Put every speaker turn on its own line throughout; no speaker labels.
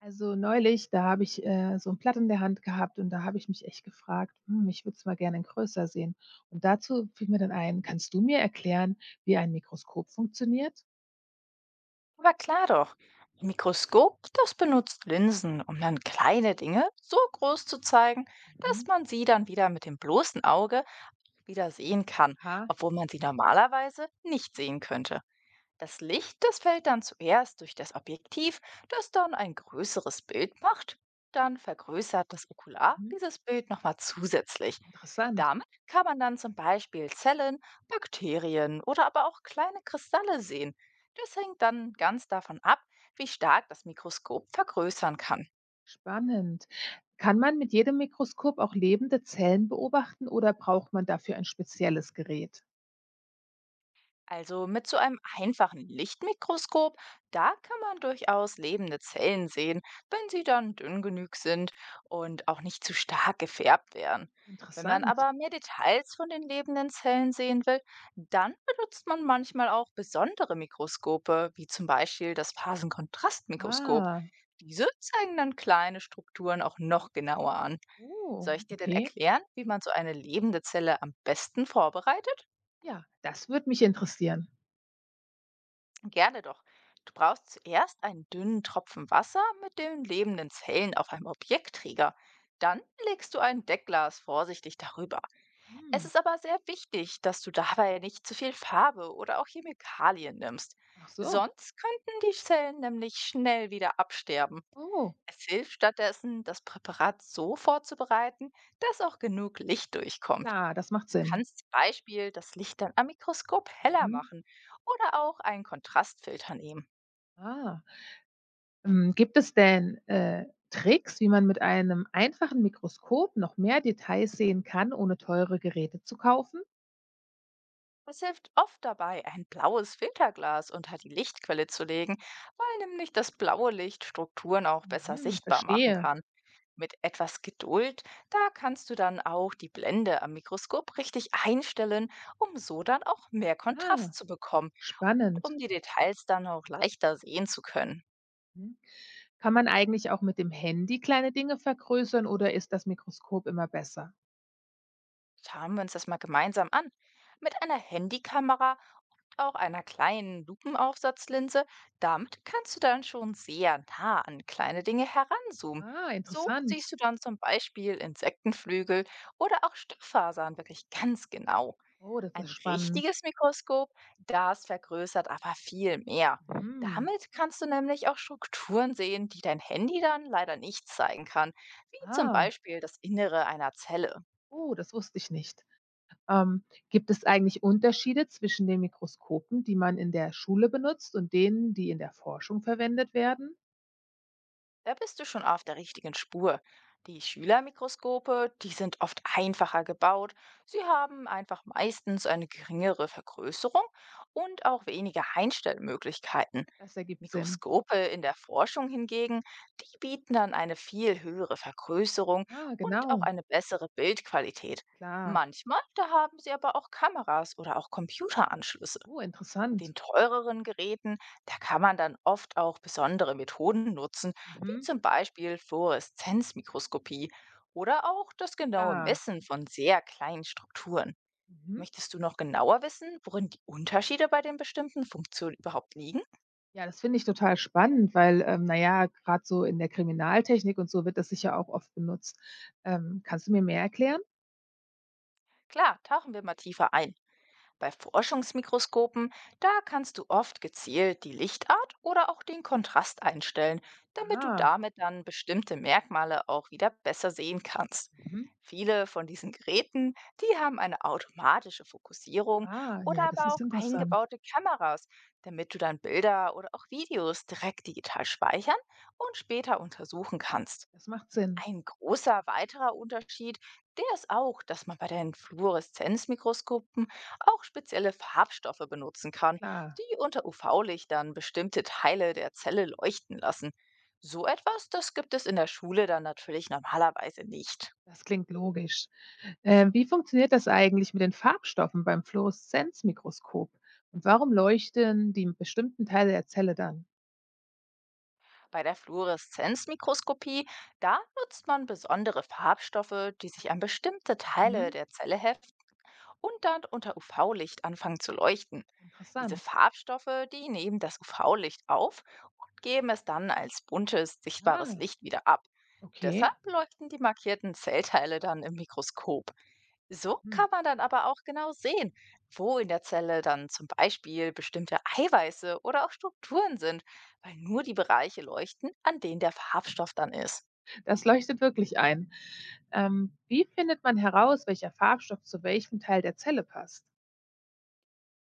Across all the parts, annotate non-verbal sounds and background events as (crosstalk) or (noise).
Also neulich, da habe ich so ein Blatt in der Hand gehabt und da habe ich mich echt gefragt: „Hm, ich würde es mal gerne in größer sehen.“ Und dazu fiel mir dann ein: „Kannst du mir erklären, wie ein Mikroskop funktioniert?“
Aber klar doch, ein Mikroskop, das benutzt Linsen, um dann kleine Dinge so groß zu zeigen,
Mhm.
dass man sie dann wieder mit dem bloßen Auge wieder sehen kann,
Aha.
obwohl man sie normalerweise nicht sehen könnte. Das Licht, das fällt dann zuerst durch das Objektiv, das dann ein größeres Bild macht. Dann vergrößert das Okular
Mhm,
dieses Bild nochmal zusätzlich.
interessant,
Damit kann man dann zum Beispiel Zellen, Bakterien oder aber auch kleine Kristalle sehen. Das hängt dann ganz davon ab, wie stark das Mikroskop vergrößern kann.
spannend. Kann man mit jedem Mikroskop auch lebende Zellen beobachten oder braucht man dafür ein spezielles Gerät?
Also mit so einem einfachen Lichtmikroskop, da kann man durchaus lebende Zellen sehen, wenn sie dann dünn genug sind und auch nicht zu stark gefärbt werden. Wenn man
Interessant.
aber mehr Details von den lebenden Zellen sehen will, dann benutzt man manchmal auch besondere Mikroskope, wie zum Beispiel das Phasenkontrastmikroskop.
Ah,
Diese zeigen dann kleine Strukturen auch noch genauer an.
oh,
Soll ich dir denn
okay.
erklären, wie man so eine lebende Zelle am besten vorbereitet?
Ja, das würde mich interessieren.
Gerne doch. Du brauchst zuerst einen dünnen Tropfen Wasser mit den lebenden Zellen auf einem Objektträger. Dann legst du ein Deckglas vorsichtig darüber. Es
Hm,
ist aber sehr wichtig, dass du dabei nicht zu viel Farbe oder auch Chemikalien nimmst.
ach so.
Sonst könnten die Zellen nämlich schnell wieder absterben.
Oh,
Es hilft stattdessen, das Präparat so vorzubereiten, dass auch genug Licht durchkommt.
klar, das macht
Du
Sinn.
kannst zum Beispiel das Licht dann am Mikroskop heller
Mhm.
machen oder auch einen Kontrastfilter nehmen.
Ah, hm, gibt es denn, Tricks, wie man mit einem einfachen Mikroskop noch mehr Details sehen kann, ohne teure Geräte zu kaufen?
Es hilft oft dabei, ein blaues Filterglas unter die Lichtquelle zu legen, weil nämlich das blaue Licht Strukturen auch besser
Mhm,
sichtbar machen
verstehe.
kann. Mit etwas Geduld, da kannst du dann auch die Blende am Mikroskop richtig einstellen, um so dann auch mehr
Ah,
Kontrast zu bekommen,
spannend.
um die Details dann auch leichter sehen zu können.
Mhm. Kann man eigentlich auch mit dem Handy kleine Dinge vergrößern oder ist das Mikroskop immer besser?
Schauen wir uns das mal gemeinsam an. Mit einer Handykamera und auch einer kleinen Lupenaufsatzlinse, damit kannst du dann schon sehr nah an kleine Dinge heranzoomen.
Ah,
So
interessant.
siehst du dann zum Beispiel Insektenflügel oder auch Stofffasern wirklich ganz genau.
Oh, das ist
Ein
spannend.
richtiges Mikroskop, das vergrößert aber viel mehr.
Mhm.
Damit kannst du nämlich auch Strukturen sehen, die dein Handy dann leider nicht zeigen kann, wie zum
Ah,
Beispiel das Innere einer Zelle.
oh, das wusste ich nicht. Ähm, gibt es eigentlich Unterschiede zwischen den Mikroskopen, die man in der Schule benutzt und denen, die in der Forschung verwendet werden?
Da bist du schon auf der richtigen Spur. Die Schülermikroskope, die sind oft einfacher gebaut. Sie haben einfach meistens eine geringere Vergrößerung und auch weniger Einstellmöglichkeiten.
Das ergibt Sinn.
Mikroskope in der Forschung hingegen, die bieten dann eine viel höhere Vergrößerung
Ah,
und auch
genau,
eine bessere Bildqualität.
klar.
Manchmal, da haben sie aber auch Kameras oder auch Computeranschlüsse.
Oh,
Mit
interessant.
den teureren Geräten, da kann man dann oft auch besondere Methoden nutzen, wie
Mhm,
zum Beispiel Fluoreszenzmikroskopie oder auch das genaue
klar.
Messen von sehr kleinen Strukturen.
Mhm.
Möchtest du noch genauer wissen, worin die Unterschiede bei den bestimmten Funktionen überhaupt liegen?
Ja, das finde ich total spannend, weil, na ja, grad so in der Kriminaltechnik und so wird das sicher auch oft benutzt. Kannst du mir mehr erklären?
Klar, tauchen wir mal tiefer ein. Bei Forschungsmikroskopen, da kannst du oft gezielt die Lichtart oder auch den Kontrast einstellen, damit du
Ah,
damit dann bestimmte Merkmale auch wieder besser sehen kannst.
mhm.
Viele von diesen Geräten, die haben eine automatische Fokussierung
Ah, ja,
oder
das
aber
ist
auch
interessant.
eingebaute Kameras, damit du dann Bilder oder auch Videos direkt digital speichern und später untersuchen kannst.
Das macht Sinn,
Ein großer weiterer Unterschied, der ist auch, dass man bei den Fluoreszenzmikroskopen auch spezielle Farbstoffe benutzen kann,
klar.
die unter UV-Lichtern bestimmte Teile der Zelle leuchten lassen. So etwas, das gibt es in der Schule dann natürlich normalerweise nicht.
Das klingt logisch. Wie funktioniert das eigentlich mit den Farbstoffen beim Fluoreszenzmikroskop? Und warum leuchten die bestimmten Teile der Zelle dann?
Bei der Fluoreszenzmikroskopie, da nutzt man besondere Farbstoffe, die sich an bestimmte Teile
Mhm.
der Zelle heften und dann unter UV-Licht anfangen zu leuchten. Diese
Interessant.
Farbstoffe, die nehmen das UV-Licht auf und geben es dann als buntes, sichtbares
Ah,
Licht wieder ab.
okay.
Deshalb leuchten die markierten Zellteile dann im Mikroskop. So
Hm.
kann man dann aber auch genau sehen, wo in der Zelle dann zum Beispiel bestimmte Eiweiße oder auch Strukturen sind, weil nur die Bereiche leuchten, an denen der Farbstoff dann ist.
Das leuchtet wirklich ein. Wie findet man heraus, welcher Farbstoff zu welchem Teil der Zelle passt?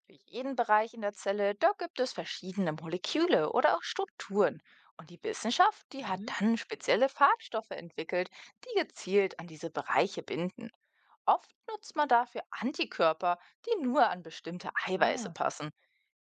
Für jeden Bereich in der Zelle, da gibt es verschiedene Moleküle oder auch Strukturen. Und die Wissenschaft, die hat
Mhm.
dann spezielle Farbstoffe entwickelt, die gezielt an diese Bereiche binden. Oft nutzt man dafür Antikörper, die nur an bestimmte Eiweiße
Ah,
passen.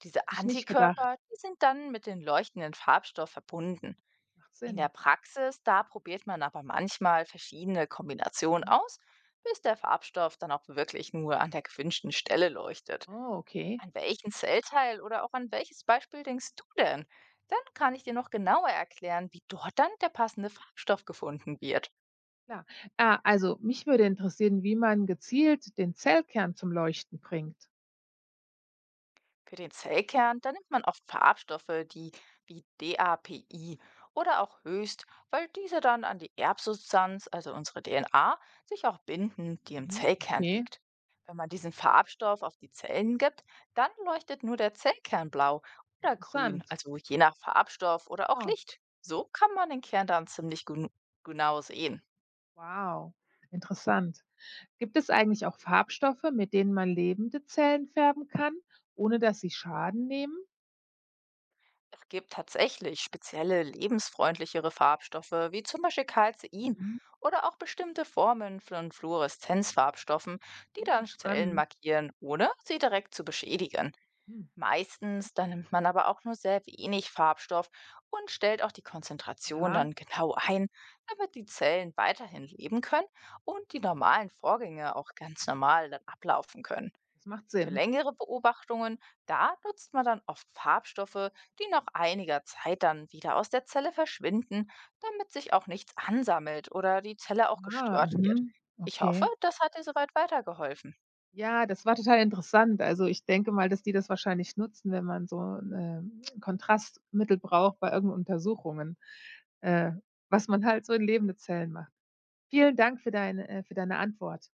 Diese
hätte ich nicht gedacht.
Antikörper, die sind dann mit dem leuchtenden Farbstoff verbunden.
Macht
In
Sinn.
der Praxis, da probiert man aber manchmal verschiedene Kombinationen
Mhm.
aus, bis der Farbstoff dann auch wirklich nur an der gewünschten Stelle leuchtet.
Oh, okay.
An welchen Zellteil oder auch an welches Beispiel denkst du denn? Dann kann ich dir noch genauer erklären, wie dort dann der passende Farbstoff gefunden wird.
Klar. Ah, also mich würde interessieren, wie man gezielt den Zellkern zum Leuchten bringt.
Für den Zellkern, da nimmt man oft Farbstoffe, die wie DAPI oder auch Höchst, weil diese dann an die Erbsubstanz, also unsere DNA, sich auch binden, die im
Mhm.
Zellkern
Okay.
liegt. Wenn man diesen Farbstoff auf die Zellen gibt, dann leuchtet nur der Zellkern blau oder grün,
Interessant.
also je nach Farbstoff oder auch
Oh,
Licht. So kann man den Kern dann ziemlich genau sehen.
wow, interessant. Gibt es eigentlich auch Farbstoffe, mit denen man lebende Zellen färben kann, ohne dass sie Schaden nehmen?
Es gibt tatsächlich spezielle lebensfreundlichere Farbstoffe, wie zum Beispiel Calcein
Mhm.
oder auch bestimmte Formen von Fluoreszenzfarbstoffen, die
Hm,
dann Zellen
spannend.
markieren, ohne sie direkt zu beschädigen.
Hm.
Meistens, dann nimmt man aber auch nur sehr wenig Farbstoff und stellt auch die Konzentration
Aha,
dann genau ein, damit die Zellen weiterhin leben können und die normalen Vorgänge auch ganz normal dann ablaufen können.
das macht
Für
Sinn.
längere Beobachtungen, da nutzt man dann oft Farbstoffe, die nach einiger Zeit dann wieder aus der Zelle verschwinden, damit sich auch nichts ansammelt oder die Zelle auch
Ah,
gestört wird.
mhm.
Ich hoffe,
Okay.
das hat dir soweit weitergeholfen.
Ja, das war total interessant. Also ich denke mal, dass die das wahrscheinlich nutzen, wenn man so 'ne (tsk) Kontrastmittel braucht bei irgend Untersuchungen, äh, was man halt so in lebende Zellen macht. Vielen Dank für deine Antwort.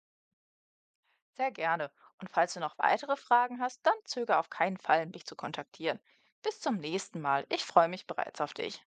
Sehr gerne. Und falls du noch weitere Fragen hast, dann zögere auf keinen Fall, mich zu kontaktieren. Bis zum nächsten Mal. Ich freue mich bereits auf dich.